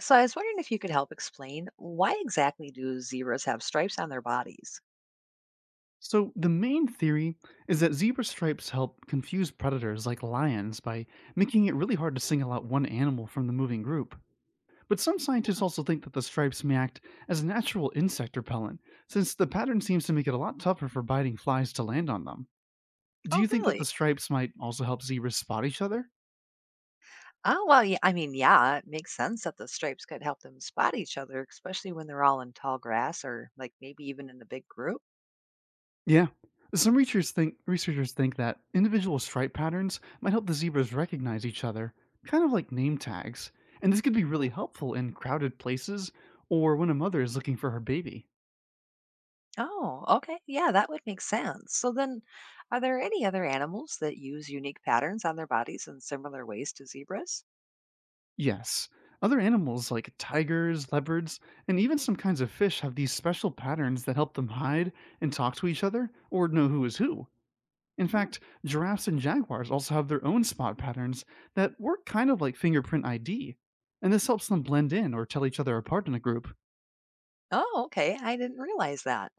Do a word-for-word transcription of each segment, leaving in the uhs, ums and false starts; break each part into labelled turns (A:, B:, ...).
A: So I was wondering if you could help explain why exactly do zebras have stripes on their bodies?
B: So, the main theory is that zebra stripes help confuse predators like lions by making it really hard to single out one animal from the moving group. But some scientists also think that the stripes may act as a natural insect repellent, since the pattern seems to make it a lot tougher for biting flies to land on them. Do
A: Oh,
B: you think that
A: really?
B: the stripes might also help zebras spot each other?
A: Oh, well, yeah, I mean, yeah, it makes sense that the stripes could help them spot each other, especially when they're all in tall grass or like maybe even in a big group.
B: Yeah. Some researchers think researchers think that individual stripe patterns might help the zebras recognize each other, kind of like name tags. And this could be really helpful in crowded places or when a mother is looking for her baby.
A: Oh, okay. Yeah, that would make sense. So then, are there any other animals that use unique patterns on their bodies in similar ways to zebras?
B: Yes. Other animals like tigers, leopards, and even some kinds of fish have these special patterns that help them hide and talk to each other or know who is who. In
A: Hmm.
B: fact, giraffes and jaguars also have their own spot patterns that work kind of like fingerprint I D, and this helps them blend in or tell each other apart in a group.
A: Oh, okay. I didn't realize that.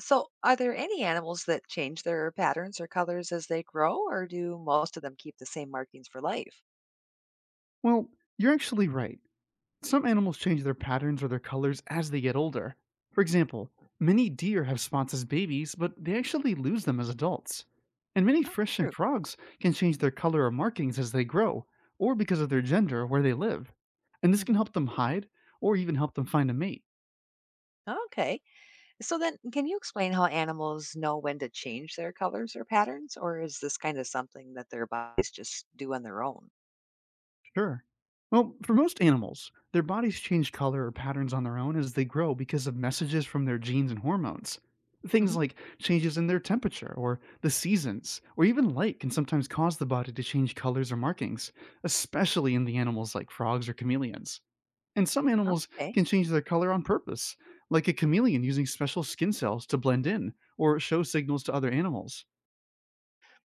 A: So, are there any animals that change their patterns or colors as they grow, or do most of them keep the same markings for life?
B: Well, you're actually right. Some animals change their patterns or their colors as they get older. For example, many deer have spots as babies, but they actually lose them as adults. And many
A: Oh,
B: fish
A: true.
B: and frogs can change their color or markings as they grow, or because of their gender or where they live. And this can
A: Hmm.
B: help them hide or even help them find a mate.
A: Okay. So, then can you explain how animals know when to change their colors or patterns, or is this kind of something that their bodies just do on their own?
B: Sure. Well, for most animals, their bodies change color or patterns on their own as they grow because of messages from their genes and hormones. Things
A: Hmm.
B: like changes in their temperature, or the seasons, or even light can sometimes cause the body to change colors or markings, especially in the animals like frogs or chameleons. And some animals
A: Okay.
B: can change their color on purpose, like a chameleon using special skin cells to blend in or show signals to other animals.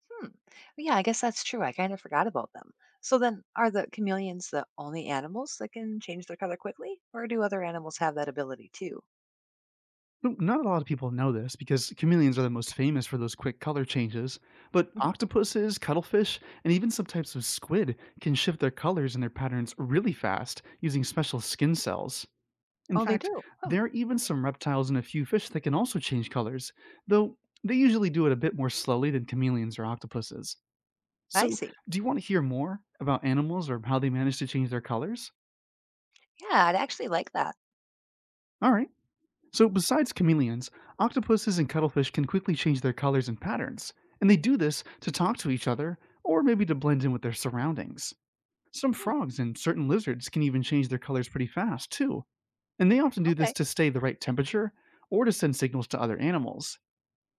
A: Hmm. Yeah, I guess that's true. I kind of forgot about them. So, then are the chameleons the only animals that can change their color quickly, or do other animals have that ability too?
B: So, not a lot of people know this because chameleons are the most famous for those quick color changes, but
A: Hmm.
B: octopuses, cuttlefish, and even some types of squid can shift their colors and their patterns really fast using special skin cells. In
A: Oh, they
B: fact,
A: do. Hmm.
B: there are even some reptiles and a few fish that can also change colors, though they usually do it a bit more slowly than chameleons or octopuses.
A: I
B: So,
A: see.
B: do you want to hear more about animals or how they manage to change their colors?
A: Yeah, I'd actually like that.
B: All right. So, besides chameleons, octopuses and cuttlefish can quickly change their colors and patterns, and they do this to talk to each other or maybe to blend in with their surroundings. Some
A: Hmm,
B: frogs and certain lizards can even change their colors pretty fast, too, and they often do this
A: okay.
B: to stay the right temperature or to send signals to other animals.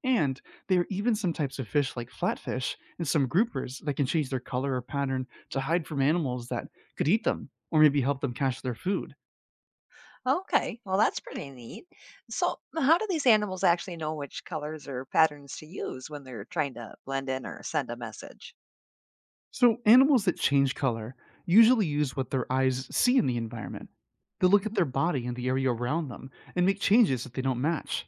B: And there are even some types of fish like flatfish and some groupers that can change their color or pattern to hide from animals that could eat them or maybe help them catch their food.
A: Okay, well, that's pretty neat. So, how do these animals actually know which colors or patterns to use when they're trying to blend in or send a message?
B: So, animals that change color usually use what their eyes see in the environment. They look at
A: Hmm.
B: their body and the area around them and make changes if they don't match.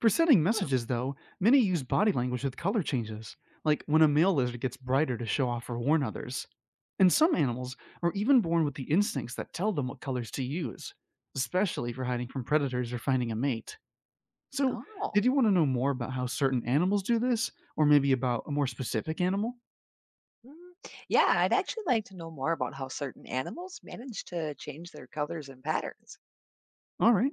B: For sending
A: Hmm.
B: messages, though, many use body language with color changes, like when a male lizard gets brighter to show off or warn others. And some animals are even born with the instincts that tell them what colors to use, especially for hiding from predators or finding a mate. So,
A: Oh,
B: did you want to know more about how certain animals do this, or maybe about a more specific animal?
A: mm, yeah, I'd actually like to know more about how certain animals manage to change their colors and patterns.
B: All right.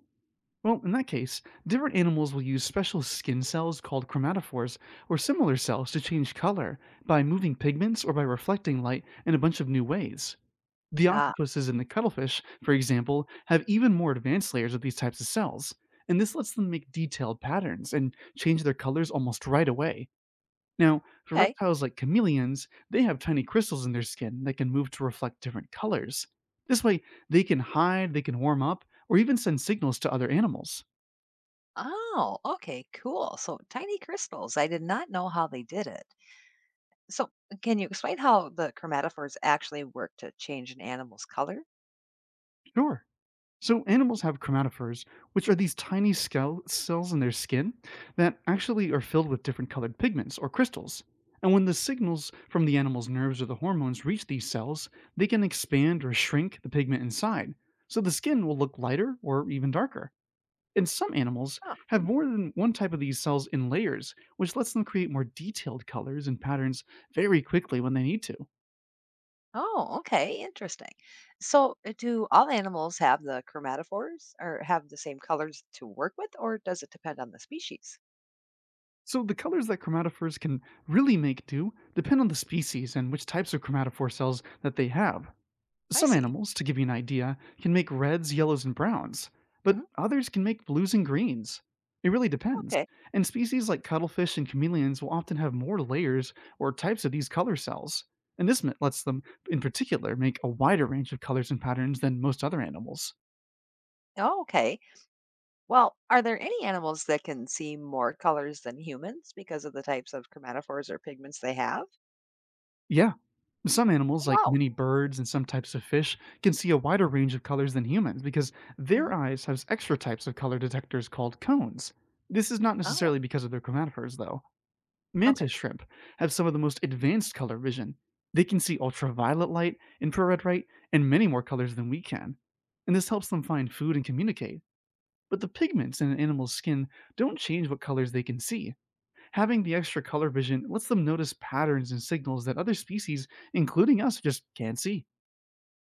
B: Well, in that case, different animals will use special skin cells called chromatophores or similar cells to change color by moving pigments or by reflecting light in a bunch of new ways. The
A: Ah,
B: octopuses and the cuttlefish, for example, have even more advanced layers of these types of cells, and this lets them make detailed patterns and change their colors almost right away. Now, for
A: okay.
B: reptiles like chameleons, they have tiny crystals in their skin that can move to reflect different colors. This way, they can hide, they can warm up, or even send signals to other animals.
A: Oh, okay, cool. So, tiny crystals. I did not know how they did it. So, can you explain how the chromatophores actually work to change an animal's color?
B: Sure. So animals have chromatophores, which are these tiny scell- cells in their skin that actually are filled with different colored pigments or crystals. And when the signals from the animal's nerves or the hormones reach these cells, they can expand or shrink the pigment inside. So the skin will look lighter or even darker. And some animals have more than one type of these cells in layers, which lets them create more detailed colors and patterns very quickly when they need to.
A: Oh, okay, interesting. So, uh, do all animals have the chromatophores or have the same colors to work with, or does it depend on the species?
B: So the colors that chromatophores can really make do depend on the species and which types of chromatophore cells that they have.
A: I
B: Some
A: see.
B: animals, to give you an idea, can make reds, yellows, and browns, but
A: Mhm.
B: others can make blues and greens. It really depends.
A: Okay.
B: And species like cuttlefish and chameleons will often have more layers or types of these color cells. And this m- lets them, in particular, make a wider range of colors and patterns than most other animals.
A: Oh, okay. Well, are there any animals that can see more colors than humans because of the types of chromatophores or pigments they have?
B: Yeah, some
A: Oh,
B: animals, like
A: wow.
B: many birds and some types of fish, can see a wider range of colors than humans because
A: Hmm.
B: their eyes have extra types of color detectors called cones. This is not
A: Oh,
B: necessarily because of their chromatophores, though.
A: okay.
B: Mantis shrimp have some of the most advanced color vision. They can see ultraviolet light, infrared light, and many more colors than we can. And this helps them find food and communicate. But the pigments in an animal's skin don't change what colors they can see. Having the extra color vision lets them notice patterns and signals that other species, including us, just can't see.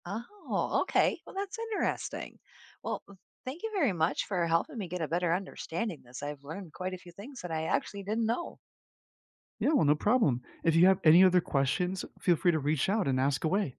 A: Oh, okay. Well, that's interesting. Well, thank you very much for helping me get a better understanding this. I've learned quite a few things that I actually didn't know.
B: Yeah, well, no problem. If you have any other questions, feel free to reach out and ask away.